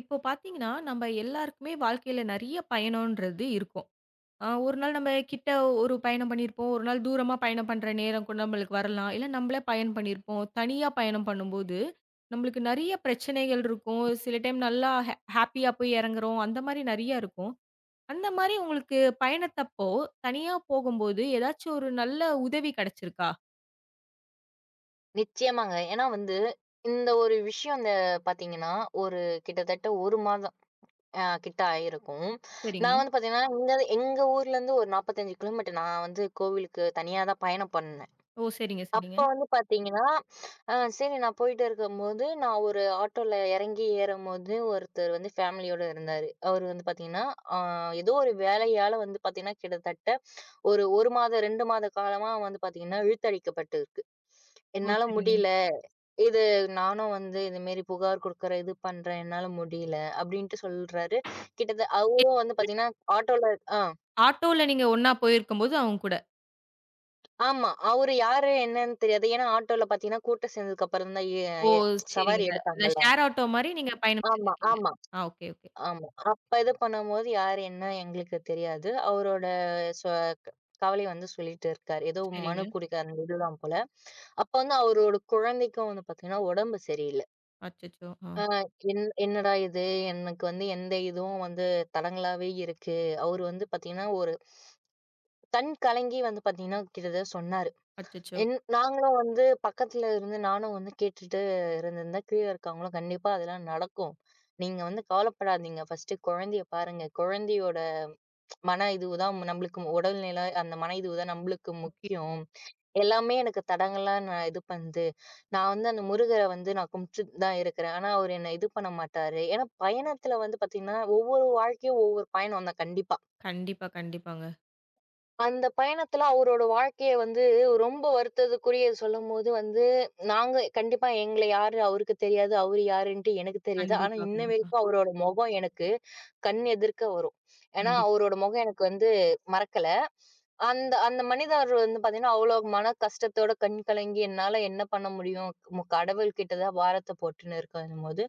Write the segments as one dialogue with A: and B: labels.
A: இப்போ பார்த்தீங்கன்னா, நம்ம எல்லாருக்குமே வாழ்க்கையில நெறைய பயணம்ன்றது இருக்கும். ஒரு நாள் நம்ம கிட்ட ஒரு பயணம் பண்ணியிருப்போம். ஒரு நாள் தூரமா பயணம் பண்ற நேரம் கூட நம்மளுக்கு வரலாம். இல்ல நம்மளே பயணம் பண்ணியிருப்போம். தனியா பயணம் பண்ணும்போது, நம்மளுக்கு நெறைய பிரச்சனைகள் இருக்கும். சில டைம் நல்லா ஹேப்பியா போய் இறங்குறோம். அந்த மாரி நெறையா இருக்கும். அந்த மாரி உங்களுக்கு பயணத்தப்போ, தனியா போகும்போது ஏதாச்சும் ஒரு நல்ல உதவி கிடைச்சிருக்கா?
B: நிச்சயமாங்க. ஏன்னா வந்து, இந்த ஒரு விஷயம் இந்த பார்த்தீங்கன்னா, ஒரு கிட்டத்தட்ட 1 மாதம் கிட்ட ஆயிருக்கும்.
A: சரிங்க.
B: நான் வந்து பார்த்தீங்கன்னா, இங்க எங்க ஊர்லேருந்து ஒரு 45 கிலோமீட்டர் நான் வந்து கோவிலுக்கு தனியா தான் பயணம் பண்ணேன்.
A: ஓ! சரிங்க, சரிங்க.
B: அப்போ வந்து பார்த்தீங்கன்னா, சரி நான் போயிட்டு இருக்கும்போது, நான் ஒரு ஆட்டோல இறங்கி ஏறும்போது, ஒருத்தர் வந்து ஃபேமிலியோட இருந்தாரு. அவரு வந்து பார்த்தீங்கன்னா, அ ஏதோ ஒரு வேலையால வந்து பார்த்தீங்கன்னா, கிட்டத்தட்ட ஒரு 1 மாத, 2 மாத காலமா வந்து பார்த்தீங்கன்னா, இழுத்தடிக்கப்பட்டிருக்கு.
A: ஓ!
B: "என்னால
A: சரிங்க.
B: முடியல. இது நானும் வந்து இது மாரி புகார் குடுக்குறேன், இது பண்றேன், என்னால முடியல" அப்டின்ட்டு சொல்றாரு. கிட்டத்த அவரும் வந்து பாத்தீங்கன்னா, ஆட்டோல ஆ.
A: ஆட்டோல நீங்க ஒண்ணா போயிருக்கும்போது அவங்க கூட.
B: ஆமா. அவரு யாரு என்னன்னு தெரியாது. ஏன்னா ஆட்டோல பாத்தீங்கன்னா, கூட்டம் சேர்ந்ததுக்கு அப்புறம் தான் எ
A: ஓ!
B: எ
A: சரிங்க.
B: சவாரி
A: இந்த இந்த
B: எடுத்தாங்கல்ல.
A: ஷேர் ஆட்டோ மாரி நீங்க பயணம்
B: ஆமா,
A: செஞ்சிருக்கீங்க.
B: ஆமா,
A: ஆ, ஓகே, ஓகே.
B: ஆமா. அப்ப இது பண்ணும்போது யாரு என்ன எங்களுக்கு தெரியாது. அவரோட சொ கவலைய வந்து சொல்லிட்டு இருக்காரு. ஏதோ மனு
A: சரிங்க.
B: குடுக்க அந்த இதுதான் போல. அப்ப வந்து அவரோட குழந்தைக்கும் வந்து பாத்தீங்கன்னா, உடம்பு சரியில்ல.
A: அச்சச்சோ! ஆ.
B: ஆ என் என்னடா இது! எனக்கு வந்து எந்த இதுவும் வந்து தடங்கலாவே இருக்கு. அவரு வந்து பாத்தீங்கன்னா, ஒரு கண் கலங்கி வந்து பாத்தீங்கன்னா, கிட்டத்தட்ட சொன்னாரு.
A: அச்சச்சோ!
B: என் நாங்களும் வந்து பக்கத்துல இருந்து நானும் வந்து கேட்டுட்டு இருந்திருந்தா, கீழ இருக்கவங்களும் கண்டிப்பா அதெல்லாம் நடக்கும். நீங்க வந்து கவலைப்படாதீங்க. ஃபர்ஸ்ட்டு குழந்தைய பாருங்க. குழந்தையோட மன இதுவு தான் நம்மளுக்கு உடல்நிலை, அந்த மன இதுவு தான் நம்மளுக்கு
A: ஓகே.
B: முக்கியம். எல்லாமே எனக்கு தடங்கலா நான் இது பண்ணுது. நான் வந்து அந்த முருகர வந்து நான் கும்பிட்டுட்டு தான் இருக்கிறேன். ஆனா, அவரு என்ன இது பண்ண மாட்டாரு. ஏன்னா, பயணத்துல வந்து பார்த்தீங்கன்னா, ஒவ்வொரு வாழ்க்கையும் ஒவ்வொரு பயணம் தான் கண்டிப்பா.
A: கண்டிப்பா, கண்டிப்பாங்க.
B: அந்த பயணத்துல அவரோட வாழ்க்கைய வந்து ரொம்ப வருத்தத்துக்குரிய சொல்லும்போது வந்து, நாங்க கண்டிப்பா எங்கள யாரு அவருக்கு தெரியாது, அவரு யாருன்ட்டு எனக்கு தெரியாது. ஆனா,
A: கண்டிப்பா,
B: இன்ன
A: கண்டிப்பா.
B: வரைக்கும் அவரோட முகம் எனக்கு கண் எதிர்க்க வரும். ஏன்னா,
A: கண்டிப்பா.
B: அவரோட முகம் எனக்கு வந்து மறக்கல. அந்த அந்த மனிதர் வந்து பார்த்தீங்கன்னா, அவ்ளோ மன கஷ்டத்தோட கண் கலங்கி, என்னால என்ன பண்ண முடியும்? கடவுள் கிட்ட தான் பாரத்த போட்டுன்னு இருக்கும்போது,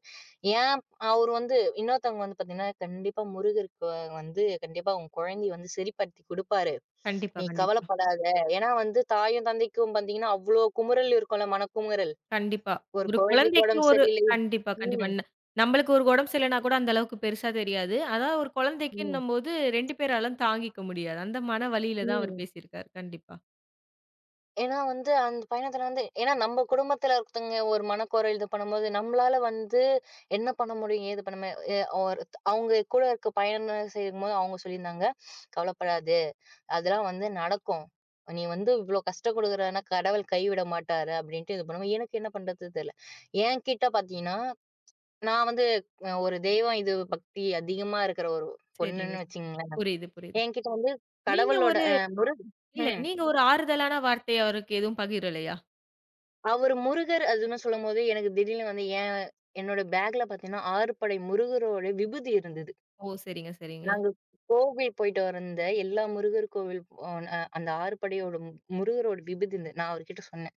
B: ஏன் அவரு வந்து இன்னொருத்தவங்க வந்து பார்த்தீங்கன்னா, கண்டிப்பா முருகருக்கு வந்து கண்டிப்பா உன் குழந்தைய வந்து சரிப்படுத்தி குடுப்பாரு.
A: கண்டிப்பா,
B: நீ
A: கண்டிப்பா.
B: கவலைப்படாத. ஏன்னா வந்து தாயும், தந்தைக்கும் பார்த்தீங்கன்னா, அவ்ளோ குமுறல் இருக்கும்ல, மனக்குமுறல்.
A: கண்டிப்பா.
B: ஒரு
A: ஒரு
B: குழந்தைக்கு
A: குழந்தைக்கு
B: உடம்பு
A: ஒரு
B: சரியில்லை.
A: கண்டிப்பா, கண்டிப்பா.
B: ம்,
A: நம்மளுக்கு ஒரு உடம்பு சரியில்லனா கூட அந்த அளவுக்கு பெருசா தெரியாது. அதான் ஒரு
B: ம்,
A: குழந்தைக்குன்னும்போது 2 பேராலும் தாங்கிக்க முடியாது. அந்த மன வலியில தான் அவர்
B: ம்.
A: பேசியிருக்காரு. கண்டிப்பா.
B: ஏன்னா வந்து, அந்த பயணத்துல வந்து ஏன்னா நம்ம குடும்பத்துல ஒருத்தவங்க ஒரு மனக்குறைல் இது பண்ணும்போது, நம்மளால வந்து என்ன பண்ண முடியும்? ஏது பண்ண முடியும்? ஒரு அவங்க கூட இருக்க பயணம் செய்யும்போது அவங்க சொல்லியிருந்தாங்க, "கவலைப்படாத! அதெல்லாம் வந்து நடக்கும். நீ வந்து இவ்ளோ கஷ்டம் குடுக்குறன்னா, கடவுள் கைவிட மாட்டாரு." அப்படின்ட்டு இது பண்ணுவோம். எனக்கு என்ன பண்றது தெரியல. என்கிட்ட பாத்தீங்கன்னா, நான் வந்து ஒரு தெய்வம் இது பக்தி அதிகமா இருக்கிற ஒரு
A: சரிங்க.
B: பொண்ணுன்னு வச்சுக்கங்களேன்.
A: புரியுது, புரியுது.
B: என்கிட்ட வந்து
A: நீங்க
B: கடவுளோட
A: ஒரு
B: அ முரு
A: இல்ல
B: ம்.
A: நீங்க ஒரு ஆறுதலான வார்த்தை அவருக்கு எதுவும் பகிரலையா?
B: அவரு முருகர் அதுன்னு சொல்லும்போது, எனக்கு திடீர்னு வந்து ஏன் என்னோட பேக்ல பார்த்தீங்கன்னா, 6 படை முருகரோட விபூதி இருந்தது.
A: ஓ! சரிங்க, சரிங்க.
B: நாங்க கோவில் போயிட்டு வந்த எல்லா முருகர் கோவில் அந்த 6 படையோட முருகரோட விபூதி இருந்தது. நான் அவர்கிட்ட சொன்னேன்.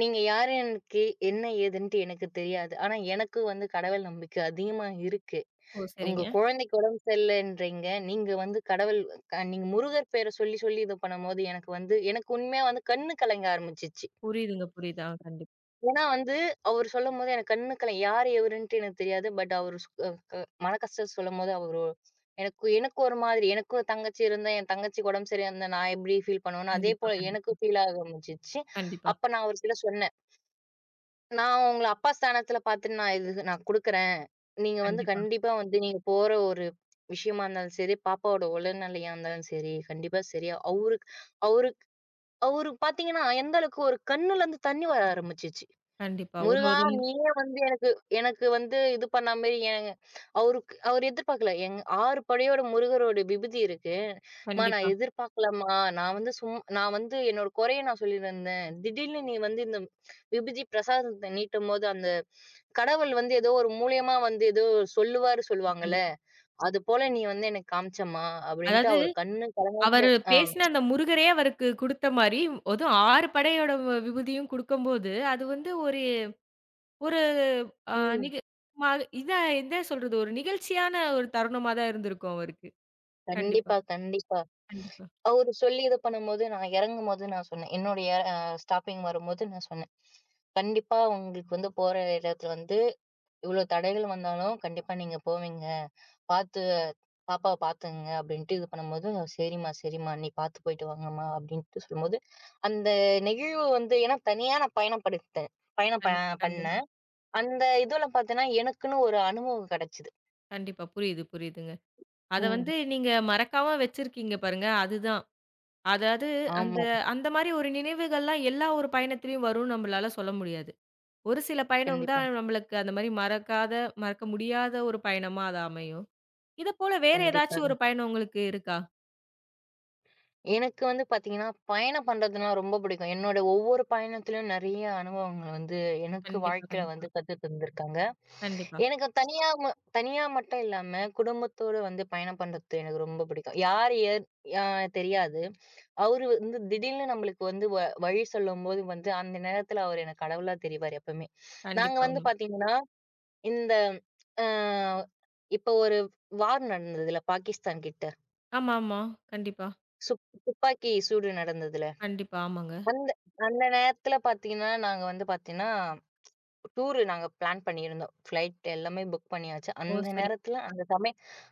B: "நீங்க யாரு எனக்கு என்ன ஏதுன்ட்டு எனக்கு தெரியாது. ஆனா எனக்கு வந்து கடவுள் நம்பிக்கை அதிகமா இருக்கு.
A: ஓ!
B: உங்க
A: சரிங்க.
B: குழந்தைக்கு உடம்பு சரியில்லன்றீங்க. நீங்க வந்து கடவுள் நீங்க முருகர் பேர சொல்லி, சொல்லி இத பண்ணும்போது எனக்கு வந்து எனக்கு உண்மையா வந்து கண்ணு கலங்க ஆரம்பிச்சுச்சு."
A: புரியுதுங்க, புரியுது. ஆ,
B: ஏன்னா வந்து, அவரு சொல்லும்போது எனக்கு கண்ணுக்கல யாரு எவருன்ட்டு எனக்கு தெரியாது. பட் அவரு ஸ் அ க மன கஷ்டம் சொல்லும்போது அவரு எனக்கு எனக்கு ஒரு மாதிரி எனக்கு ஒரு தங்கச்சி இருந்தா, என் தங்கச்சிக்கு உடம்பு சரியா இருந்தா நான் எப்படி ஃபீல் பண்ணுவேனோ, அதே
A: கண்டிப்பா,
B: போல
A: கண்டிப்பா,
B: எனக்கு ஃபீல் ஆக ஆரம்பிச்சுச்சு.
A: கண்டிப்பா,
B: அப்ப நான் அவர்கிட்ட சொன்னேன். "நான் உங்கள அப்பா ஸ்தானத்துல பார்த்துட்டு நான் இது நான் குடுக்குறேன். நீங்க வந்து
A: கண்டிப்பா,
B: கண்டிப்பா வந்து நீங்க போற ஒரு விஷயமா இருந்தாலும் சரி, பாப்பாவோட உடல்நிலையா இருந்தாலும் சரி, கண்டிப்பா சரியா." அவருக்கு அவருக்கு அவருக்கு பார்த்தீங்கன்னா, எந்த அளவுக்கு ஒரு கண்ணுலருந்து தண்ணி வர ஆரம்பிச்சுச்சு.
A: கண்டிப்பா. ஒரு
B: முருகா!
A: ஒரு ரொம்
B: நீயே வந்து எனக்கு எனக்கு வந்து இது பண்ண மாரி ஏங்க அவருக்கு அவர் எதிர்பார்க்கல. 6 படையோட முருகரோட விபூதி இருக்கு. "அம்மா நான்
A: கண்டிப்பா,
B: எதிர்பார்க்கலம்மா. நான் வந்து நான் வந்து என்னோட குறைய நான் சொல்லியிருந்தேன். திடீர்னு நீ வந்து இந்த விபூதி பிரசாதத்த நீட்டும்போது, அந்த கடவுள் வந்து ஏதோ ஒரு மூலியமா வந்து ஏதோ சொல்லுவாரு சொல்லுவாங்கல்ல.
A: கண்டிப்பா.
B: அது போல நீ வந்து எனக்கு காமிச்சம்மா" அப்படின்ட்டு
A: அதாவது
B: அவர் கண்ணு கலங்க
A: அவரு
B: ஆ.
A: பேசின அந்த முருகரே அவருக்கு குடுத்த மாரி, அதுவும் 6 படையோட வ விபூதியும் குடுக்கும்போது, அது வந்து ஒரு ஒரு அ
B: ம்.
A: நிக ம இதா என்ன சொல்றது? ஒரு நிகழ்ச்சியான ஒரு தருணமா தான் இருந்திருக்கும் அவருக்கு. கண்டிப்பா,
B: கண்டிப்பா, கண்டிப்பா.
A: கண்டிப்பா,
B: அவரு சொல்லி இது பண்ணும்போது, நான் இறங்கும்போது நான் சொன்னேன். என்னுடைய ஸ்டாப்பிங் வரும்போது நான் சொன்னேன். கண்டிப்பா உங்களுக்கு வந்து போற இடத்துல வந்து இவ்வளோ தடைகள் வந்தாலும் கண்டிப்பா நீங்க போவீங்க. பார்த்து பாப்பாவ பார்த்துங்க அப்படின்ட்டு இது பண்ணும்போது, "சரிம்மா, சரிம்மா. நீ பார்த்து போயிட்டு வாங்கம்மா" அப்படின்ட்டு சொல்லும்போது, அந்த நெகிழ்வு வந்து ஏன்னா தனியா நான் பயணப்படுத்தேன். பயணம் ப
A: கண்டிப்பா, கண்டிப்பா,
B: பண்ணேன். அந்த இதுல பார்த்தேன்னா, எனக்குன்னு ஒரு அனுபவம் கிடைச்சது.
A: கண்டிப்பா. புரியுது, புரியுதுங்க. அத
B: ம்.
A: வந்து நீங்க மறக்காம வச்சிருக்கீங்க பாருங்க. அதுதான். அதாவது அந்த
B: ஆமா.
A: அந்த மாரி ஒரு நினைவுகள்லாம் எல்லா ஒரு பயணத்திலயும் வரும்னு நம்மளால சொல்ல முடியாது. ஒரு சில பயணம்
B: கண்டிப்பா,
A: தான் நம்மளுக்கு அந்த மாரி மறக்காத, மறக்க முடியாத ஒரு பயணமா அது அமையும். இத போல வேற
B: கண்டிப்பா.
A: ஏதாச்சும் ஒரு பயணம் உங்களுக்கு இருக்கா?
B: எனக்கு வந்து பாத்தீங்கன்னா, பயணம் பண்றதுன்னா ரொம்ப பிடிக்கும். என்னோட ஒவ்வொரு பயணத்திலும் நெறைய அனுபவங்கள் வந்து எனக்கு
A: கண்டிப்பா,
B: வாழ்க்கையில
A: கண்டிப்பா,
B: வந்து கத்து தந்திருக்காங்க.
A: கண்டிப்பா,
B: எனக்கு தனியா மட்டும் இல்லாம, குடும்பத்தோட வந்து பயணம் பண்றது எனக்கு ரொம்ப பிடிக்கும். யார் ஏத் அ தெரியாது. அவரு வந்து திடீர்னு நம்மளுக்கு வந்து வழி சொல்லும்போது வந்து, அந்த நேரத்துல அவரு எனக்கு கடவுளா தெரிவாரு எப்பவுமே. நாங்க
A: கண்டிப்பா
B: வந்து
A: உண்ம.
B: பாத்தீங்கன்னா, இந்த அ இப்ப ஒரு வார் நடந்ததுல்ல, பாகிஸ்தான் கிட்ட.
A: ஆமாமா. கண்டிப்பா,
B: துப்பாக்கி சூடு நடந்ததுல,
A: கண்டிப்பா. ஆமாங்க.
B: அந்த அந்த நேரத்துல பாத்தீங்கன்னா, நாங்க வந்து பாத்தீங்கன்னா, டூரு நாங்க பிளான் பண்ணியிருந்தோம். ஃப்ளைட் எல்லாமே புக் பண்ணியாச்சு.
A: ஓ!
B: அந்த
A: சரி,
B: நேரத்துல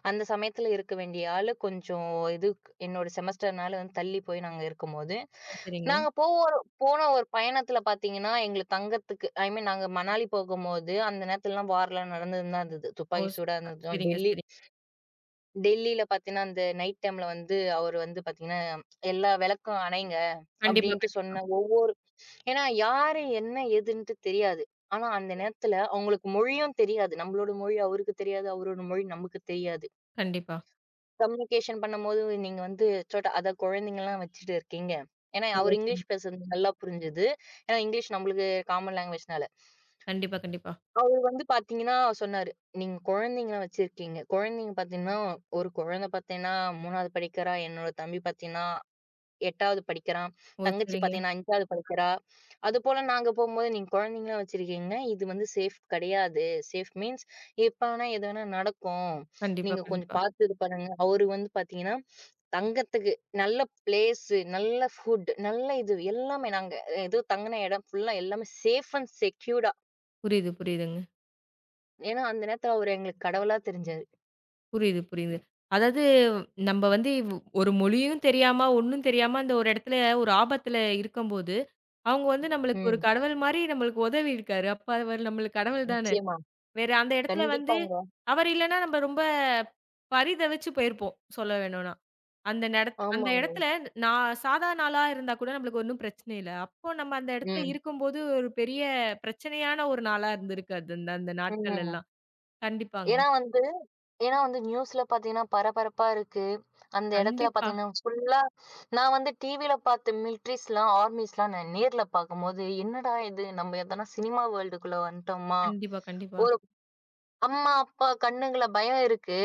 B: அந்த சமயத்துல இருக்க வேண்டிய ஆளு கொஞ்சம் இது என்னோட செமஸ்டர்னால வந்து தள்ளி போய் நாங்க இருக்கும்போது,
A: ஓ! சரிங்க.
B: நாங்க போவோம் போன ஒரு பயணத்துல பாத்தீங்கன்னா, எங்களுக்கு தங்கறதுக்கு ஐ மீன் நாங்க மணாலி போகும்போது, அந்த நேரத்துலலாம் வார்லாம் நடந்துன்னு தான் இருந்தது.
A: ஓ!
B: துப்பாக்கி
A: ஸ்
B: சூடா
A: அ
B: இருந்ததும்,
A: சரிங்க, சரி.
B: டெல்லில பார்த்தீங்கன்னா, அந்த நைட் டைம்ல வந்து அவரு வந்து பார்த்தீங்கன்னா, எல்லா விளக்கும் அணைங்க
A: கண்டிப்பா,
B: அப்டின்ட்டு
A: கண்டிப்பா,
B: சொன்ன ஒவ்வொரு ஏன்னா யாரு என்ன ஏதுன்ட்டு தெரியாது. ஆனா அந்த நேரத்துல அவங்களுக்கு மொழியும் தெரியாது. நம்மளோட மொழி அவருக்கு தெரியாது. அவரோட மொழி நமக்கு தெரியாது.
A: கண்டிப்பா.
B: கம்யூனிகேஷன் பண்ணும்போது நீங்க வந்து சோட்ட அத குழந்தைங்கலாம் வச்சுட்டு இருக்கீங்க. ஏன்னா
A: ஓ!
B: அவரு
A: சரி.
B: இங்கிலீஷ் பேசுறது நல்லா புரிஞ்சுது. ஏன்னா இங்கிலீஷ் நம்மளுக்கு காமன் லாங்குவேஜ்னால.
A: கண்டிப்பா, கண்டிப்பா.
B: அவரு வந்து பாத்தீங்கன்னா சொன்னாரு, "நீங்க குழந்தைங்கள வச்சிருக்கீங்க. குழந்தைங்க பாத்தீங்கன்னா, ஒரு குழந்தை பாத்தீங்கன்னா 3வது படிக்கிறா. என்னோட தம்பி பாத்தீங்கன்னா 8வது படிக்கிறான்.
A: ஓ!
B: தங்கச்சி
A: சரிங்க.
B: பாத்தீங்கன்னா 5வது படிக்கிறா. அதுபோல நாங்க போம்போது நீங்க குழந்தைங்கள வச்சிருக்கீங்க. இது வந்து சேஃப் கிடையாது. சேஃப் மீன்ஸ் எப்ப வேணா எது வேணா நடக்கும்.
A: கண்டிப்பா,
B: நீங்க கொஞ்சம்
A: கண்டிப்பா.
B: பாத்து இது பண்ணுங்க." அவரு வந்து பாத்தீங்கன்னா, தங்கறதுக்கு நல்ல பிளேஸ், நல்ல ஃபுட், நல்ல இது எல்லாமே நாங்க ஏதோ தங்குன இடம் ஃபுல்லா எல்லாமே சேஃப் அண்ட் செக்யூர்டா.
A: புரியுது, புரியுதுங்க.
B: ஏன்னா, அந்த நேரத்துல அவரு எங்களுக்கு கடவுளா தெரிஞ்சாரு.
A: புரியுது, புரியுது. அதாவது நம்ம வந்து ஒரு மொழியும் தெரியாம, ஒண்ணும் தெரியாம அந்த ஒரு இடத்துல ஒரு ஆபத்துல இருக்கும்போது, அவங்க வந்து நம்மளுக்கு ஒரு
B: ம்.
A: கடவுள் மாரி நம்மளுக்கு உதவி இருக்காரு. அப்ப அவரு நம்மளுக்கு கடவுள் தானே.
B: நிச்சயமா.
A: வேற அந்த இடத்துல வந்து
B: கண்டிப்பாங்க.
A: அவர் இல்லன்னா நம்ம ரொம்ப பரிதவிச்சு போயிருப்போம். சொல்ல வேணும்னா. அந்த அந்த
B: ஆமாங்க.
A: இடத்துல நான் சாதா நாளா இருந்தா கூட நம்மளுக்கு ஒண்ணும் பிரச்சனை இல்ல. அப்போ நம்ம அந்த இடத்துல
B: ம்.
A: இருக்கும்போது ஒரு பெரிய பிரச்சனையான ஒரு நாளா இருந்திருக்கு. அது அந்த அந்த நாட்கள்
B: ம்.
A: எல்லாம். கண்டிப்பாங்க.
B: ஏன்னா வந்து ஏன்னா வந்து நியூஸ்ல பாத்தீங்கன்னா, பரபரப்பா இருக்கு. அந்த இடத்துல
A: கண்டிப்பா,
B: பாத்தீங்கன்னா, ஃபுல்லா நான் வந்து டிவில பாத்த மிலிட்ரிஸ்லாம், ஆர்மிஸ்லாம் நான் நேர்ல பாக்கும்போது, என்னடா இது! நம்ம எதனா சினிமா வேர்ல்டுக்குள்ள வந்துட்டோமா?
A: கண்டிப்பா, கண்டிப்பா.
B: ஒரு அம்மா, அப்பா கண்ணுங்கள்ல பயம் இருக்கு.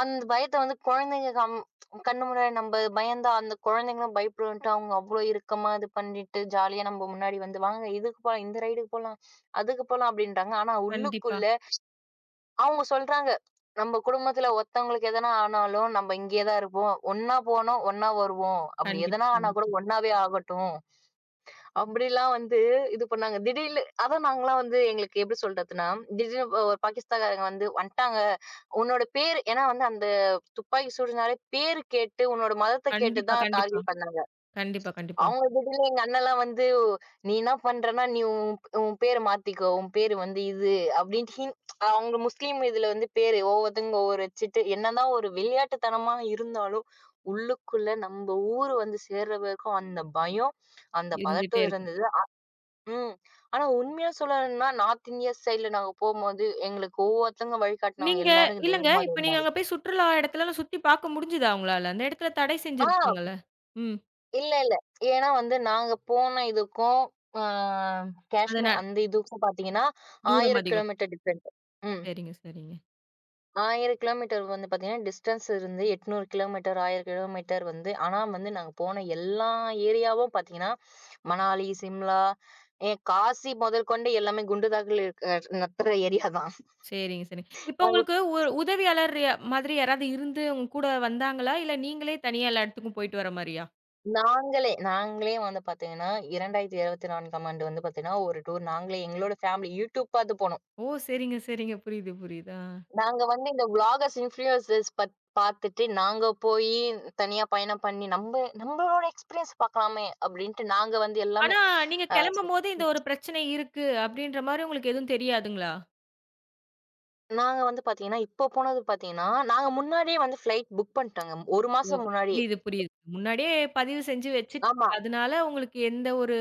B: அந்த பயத்த வந்து குழந்தைங்க கம் கண்ணு முன்னாடி நம்ப பயந்தா, அந்த குழந்தைங்களும் பயப்படுன்ட்டு, அவங்க அவ்ளோ இறுக்கமா இது பண்ணிட்டு, ஜாலியா நம்ப முன்னாடி வந்து, "வாங்க இதுக்கு போலாம், இந்த ரைடுக்கு போலாம், அதுக்கு போலாம்" அப்படின்றாங்க. ஆனா
A: கண்டிப்பா,
B: உள்ளுக்குள்ள அவங்க சொல்றாங்க, "நம்ப குடும்பத்துல ஒருத்தவங்களுக்கு எதனா ஆனாலும், நம்ப இங்கேயே தான் இருப்போம். ஒண்ணா போனோம், ஒண்ணா வருவோம். அப்படி
A: கண்டிப்பா,
B: எதனா ஆனா
A: கண்டிப்பா.
B: கூட ஒண்ணாவே ஆகட்டும்." அப்படிலாம் வந்து இது பண்ணாங்க. திடீர்னு அதான் நாங்கலாம் வந்து எங்களுக்கு எப்படி சொல்றதுன்னா, திடீர்னு ஒரு பாகிஸ்தான்காரங்க வந்து வந்துட்டாங்க. உன்னோட பேர் ஏன்னா வந்து அந்த துப்பாக்கி சூடுனாலே பேரு கேட்டு, உன்னோட மதத்த கேட்டு
A: கண்டிப்பா,
B: தான்
A: கண்டிப்பா.
B: டார்கெட் பண்ணாங்க.
A: கண்டிப்பா, கண்டிப்பா.
B: அவங்க திடீர்னு எங்க அண்ணன்லாம் வந்து, "நீ என்ன பண்றன்னா, நீ உன் உன் பேர மாத்திக்கோ. உன் பேரு வந்து இது" அப்படின்ட்டு அவங்க முஸ்லீம் இதுல வந்து பேரு ஒவ்வொருத்தங்க ஒவ்வொரு வச்சுட்டு என்னதான் ஒரு விளையாட்டுத்தனமா இருந்தாலும், உள்ளுக்குள்ள நம்ப ஊரு வந்து சேர்ற வரைக்கும் அந்த பயம், அந்த
A: இருந்துட்டே
B: பதட்டம்
A: இருக்கும்.
B: இருந்தது. ம். ஆனா உண்மையா சொல்லணும்னா, நார்த் இந்தியா சைட்ல நாங்க போம்போது, எங்களுக்கு ஒவ்வொருத்தங்க வழிகாட்டுனாங்க.
A: நீங்க
B: எல்லாரும்
A: இல்லங்க,
B: தெய்வமாரி
A: இப்ப நீங்க
B: இருந்தாங்க.
A: அங்க போய் சுற்றுலா இடத்துலலாம் சுத்தி பார்க்க முடிஞ்சுதா உங்களால? அந்த இடத்துல தடை
B: ஆ
A: செஞ்சிருப்பாங்கல்ல. ம்.
B: இல்ல, இல்ல. ஏன்னா வந்து நாங்க போன இதுக்கும், ஆ
A: அதனா
B: காஷ்மீர் அந்த இதுக்கும் பார்த்தீங்கன்னா,
A: தூரம்
B: 1000
A: அதிகம்.
B: Kilometre different. ம்.
A: சரிங்க, சரிங்க.
B: 1000 கிலோமீட்டர் வந்து பார்த்தீங்கன்னா, டிஸ்டன்ஸ் இருந்து 800 கிலோமீட்டர், 1000 கிலோமீட்டர் வந்து ஆனா வந்து நாங்க போன எல்லா ஏரியாவும் பார்த்தீங்கன்னா, மணாலி, சிம்லா, ஏன் காசி முதல் கொண்டு எல்லாமே குண்டு தாக்குல இருக்க நத்துற ஏரியா
A: சரிங்க, சரிங்க. இப்ப
B: தான்.
A: உங்களுக்கு ஒரு உதவியாளர் ய மாதிரி யாராவது இருந்து உங்க கூட வந்தாங்களா? இல்ல நீங்களே தனியா எல்லா இடத்துக்கும் போயிட்டு வர மாரியா?
B: நாங்களே நாங்களே வந்து பார்த்தீங்கன்னா, 2024ஆம் ஆண்டு வந்து பார்த்தீங்கன்னா, ஒரு டூர் நாங்களே எங்களோட ஃபேமிலி YouTube பார்த்து போனோம்.
A: ஓ! சரிங்க, சரிங்க. புரியுது, புரியுது. ஆ.
B: நாங்க வந்து இந்த வ்ளாகர்ஸ், இன்ஃப்ளூயன்சர்ஸ் பார்த்துட்டு, நாங்க போயி தனியா பயணம் பண்ணி, நம்ப நம்பளோட எக்ஸ்பீரியன்ஸ் பார்க்கலாமே! அப்டின்ட்டு நாங்க வந்து
A: ஆனா
B: எல்லாமே
A: நீங்க
B: அ
A: கிளம்பும்போது இந்த ஒரு பிரச்சனை இருக்கு, அப்படின்ற மாரி உங்களுக்கு எதுவும் தெரியாதுங்களா?
B: நாங்க வந்து பார்த்தீங்கன்னா, இப்போ போனது பார்த்தீங்கன்னா, நாங்க முன்னாடியே வந்து ஃப்ளைட் புக் பண்ணிட்டோங்க. 1
A: ஓ!
B: மாசம் முன்னாடியே.
A: புரியுது, புரியுது. முன்னாடியே பதிவு செஞ்சு வச்சுட்டு,
B: ஆமா,
A: அதனால உங்களுக்கு எந்த ஒரு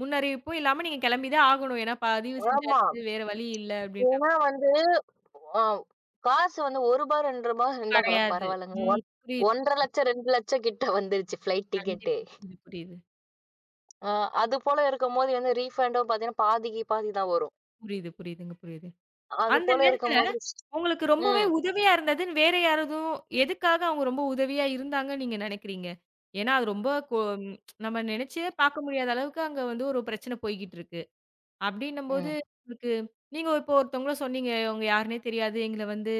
A: முன்னறிவிப்பும் இல்லாம நீங்க கிளம்பி தான் ஆகணும். ஏன்னா பதிவு
B: ஆமா.
A: செஞ்சாச்சு, வேற வழி இல்ல அப்டின்ற
B: ஏன்னா வந்து ஆ காசு வந்து ரூ. 1 ரூ. 2 இருந்தா கூட
A: கிடையாது.
B: பரவாயில்லங்க.
A: ம்.
B: ஒன்
A: புரியுது.
B: 1,50,000 2,00,000 கிட்ட வந்துருச்சு ஃப்ளைட்
A: கண்டிப்பா.
B: டிக்கெட்டே.
A: புரியுது, புரியுது.
B: அ அது போல இருக்கும்போது வந்து ரீஃபண்டும் பார்த்தீங்கன்னா, பாதிக்கு பாதி தான் வரும்.
A: புரியுது, புரியுதுங்க, புரியுது.
B: அது
A: அந்த
B: போல
A: நேரத்துல
B: இருக்கும்போது
A: உங்களுக்கு ரொம்பவே
B: ம்,
A: உதவியா இருந்ததுன்னு வேற யாரதும் எதுக்காக அவங்க ரொம்ப உதவியா இருந்தாங்கன்னு நீங்க நினைக்கிறீங்க? ஏன்னா அது ரொம்ப நம்ம நினைச்சே பார்க்க முடியாத அளவுக்கு அங்க வந்து ஒரு பிரச்சனை போய்க்கிட்டு இருக்கு. அப்டின்னும்போது,
B: ம்,
A: உங்களுக்கு நீங்க இப்போ ஒருத்தவங்கள சொன்னீங்க. அவங்க யாருன்னே தெரியாது. எங்கள வந்து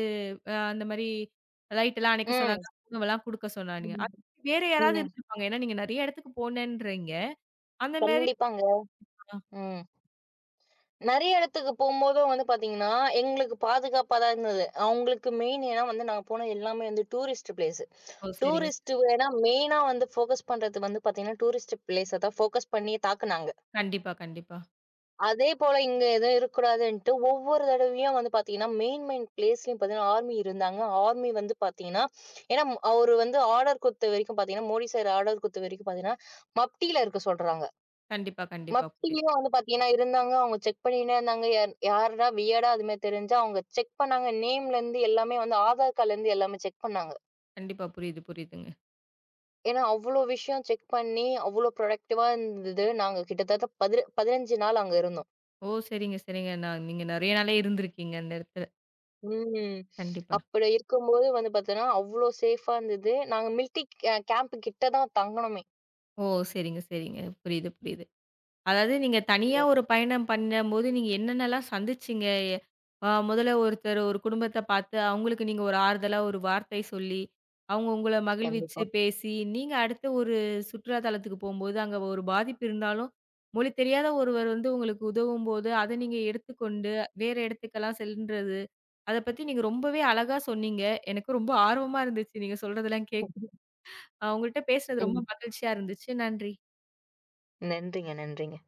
A: அந்த மாரி லைட்டெல்லாம் அணைக்க
B: ம்,
A: சொன்னாங்க. உணவெல்லாம் குடுக்க சொன்னாங்க.
B: ம்,
A: அது வேற யாராவது
B: ம்.
A: இருந்திருப்பாங்க. ஏன்னா நீங்க நெறைய இடத்துக்கு போனேன்றீங்க. அந்த மாரி
B: கண்டிப்பாங்க.
A: ஆ
B: ம். நெறைய இடத்துக்கு போம்போதும் வந்து பார்த்தீங்கன்னா, எங்களுக்கு பாதுகாப்பா தான் இருந்தது. அவங்களுக்கு மெயின் ஏன்னா வந்து நாங்க போன எல்லாமே வந்து டூரிஸ்ட் பிளேஸு.
A: ஓ! சரிங்க.
B: டூரிஸ்ட் ஏன்னா மெயினா வந்து ஃபோக்கஸ் பண்றது வந்து பார்த்தீங்கன்னா, டூரிஸ்ட் பிளேஸ தான் ஃபோக்கஸ் பண்ணி தாக்குனாங்க.
A: கண்டிப்பா, கண்டிப்பா.
B: அதே போல இங்க எதுவும் இருக்கக்கூடாதுன்ட்டு, ஒவ்வொரு தடவையும் வந்து பார்த்தீங்கன்னா, மெயின் மெயின் பிளேஸ்லயும் பார்த்தீங்கன்னா, ஆர்மி இருந்தாங்க. ஆர்மி வந்து பார்த்தீங்கன்னா, ஏன்னா அவரு வந்து ஆர்டர் குடுத்த வரைக்கும் பார்த்தீங்கன்னா, மோடி சார் ஆர்டர் குடுத்த வரைக்கும் பார்த்தீங்கன்னா, மப்டியில இருக்க சொல்றாங்க.
A: கண்டிப்பா, கண்டிப்பா. புரியுது.
B: மப்டிலயும் வந்து பார்த்தீங்கன்னா இருந்தாங்க. அவங்க செக் பண்ணின்னே இருந்தாங்க. யார் யார்டா வியர்டா அதுமாரி தெரிஞ்சா அவங்க செக் பண்ணாங்க. நேம்லேருந்து எல்லாமே வந்து ஆதார் கார்ட்லேருந்து எல்லாமே செக் பண்ணாங்க.
A: கண்டிப்பா புரியுது, புரியுதுங்க.
B: ஏன்னா அவ்ளோ விஷயம் செக் பண்ணி, அவ்ளோ ப்ரொடக்டிவா இருந்தது. நாங்க கிட்டத்தட்ட பதின 15 நாள் அங்க இருந்தோம்.
A: ஓ! சரிங்க, சரிங்க. நான் நீங்க நெறைய நாளே இருந்திருக்கீங்க அந்த இடத்துல.
B: ம்.
A: கண்டிப்பா.
B: அப்படி இருக்கும்போது வந்து பார்த்தீங்கன்னா, அவ்ளோ சேஃபா இருந்தது. நாங்க மில்ட்டி கே கேம்ப் கிட்ட தான் தங்கணுமே.
A: ஓ! சரிங்க, சரிங்க. புரியுது, புரியுது. அதாவது நீங்க தனியா ஒரு பயணம் பண்ணம்போது, நீங்க என்னென்னலாம் சந்திச்சீங்க? எ அ முதல்ல ஒருத்தர் ஒரு குடும்பத்த பார்த்து, அவங்களுக்கு நீங்க ஒரு ஆறுதலா ஒரு வார்த்தை சொல்லி, அவங்க உங்கள மகிழ்விச்சு
B: கண்டிப்பா.
A: பேசி, நீங்க அடுத்த ஒரு சுற்றுலா தலத்துக்கு போம்போது, அங்க ஒரு பாதிப்பு இருந்தாலும், மொழி தெரியாத ஒருவர் வந்து உங்களுக்கு உதவும்போது, அத நீங்க எடுத்துக்கொண்டு, வேற இடத்துக்கெல்லாம் செல்றது. அத பத்தி நீங்க ரொம்பவே அழகா சொன்னீங்க. எனக்கு ரொம்ப ஆர்வமா இருந்துச்சு, நீங்க சொல்றதெல்லாம் கேக் அ உங்கள்ட்ட பேசுனது ரொம்ப
B: ம்.
A: மகிழ்ச்சியா இருந்துச்சு. நன்றி.
B: நன்றிங்க, நன்றிங்க.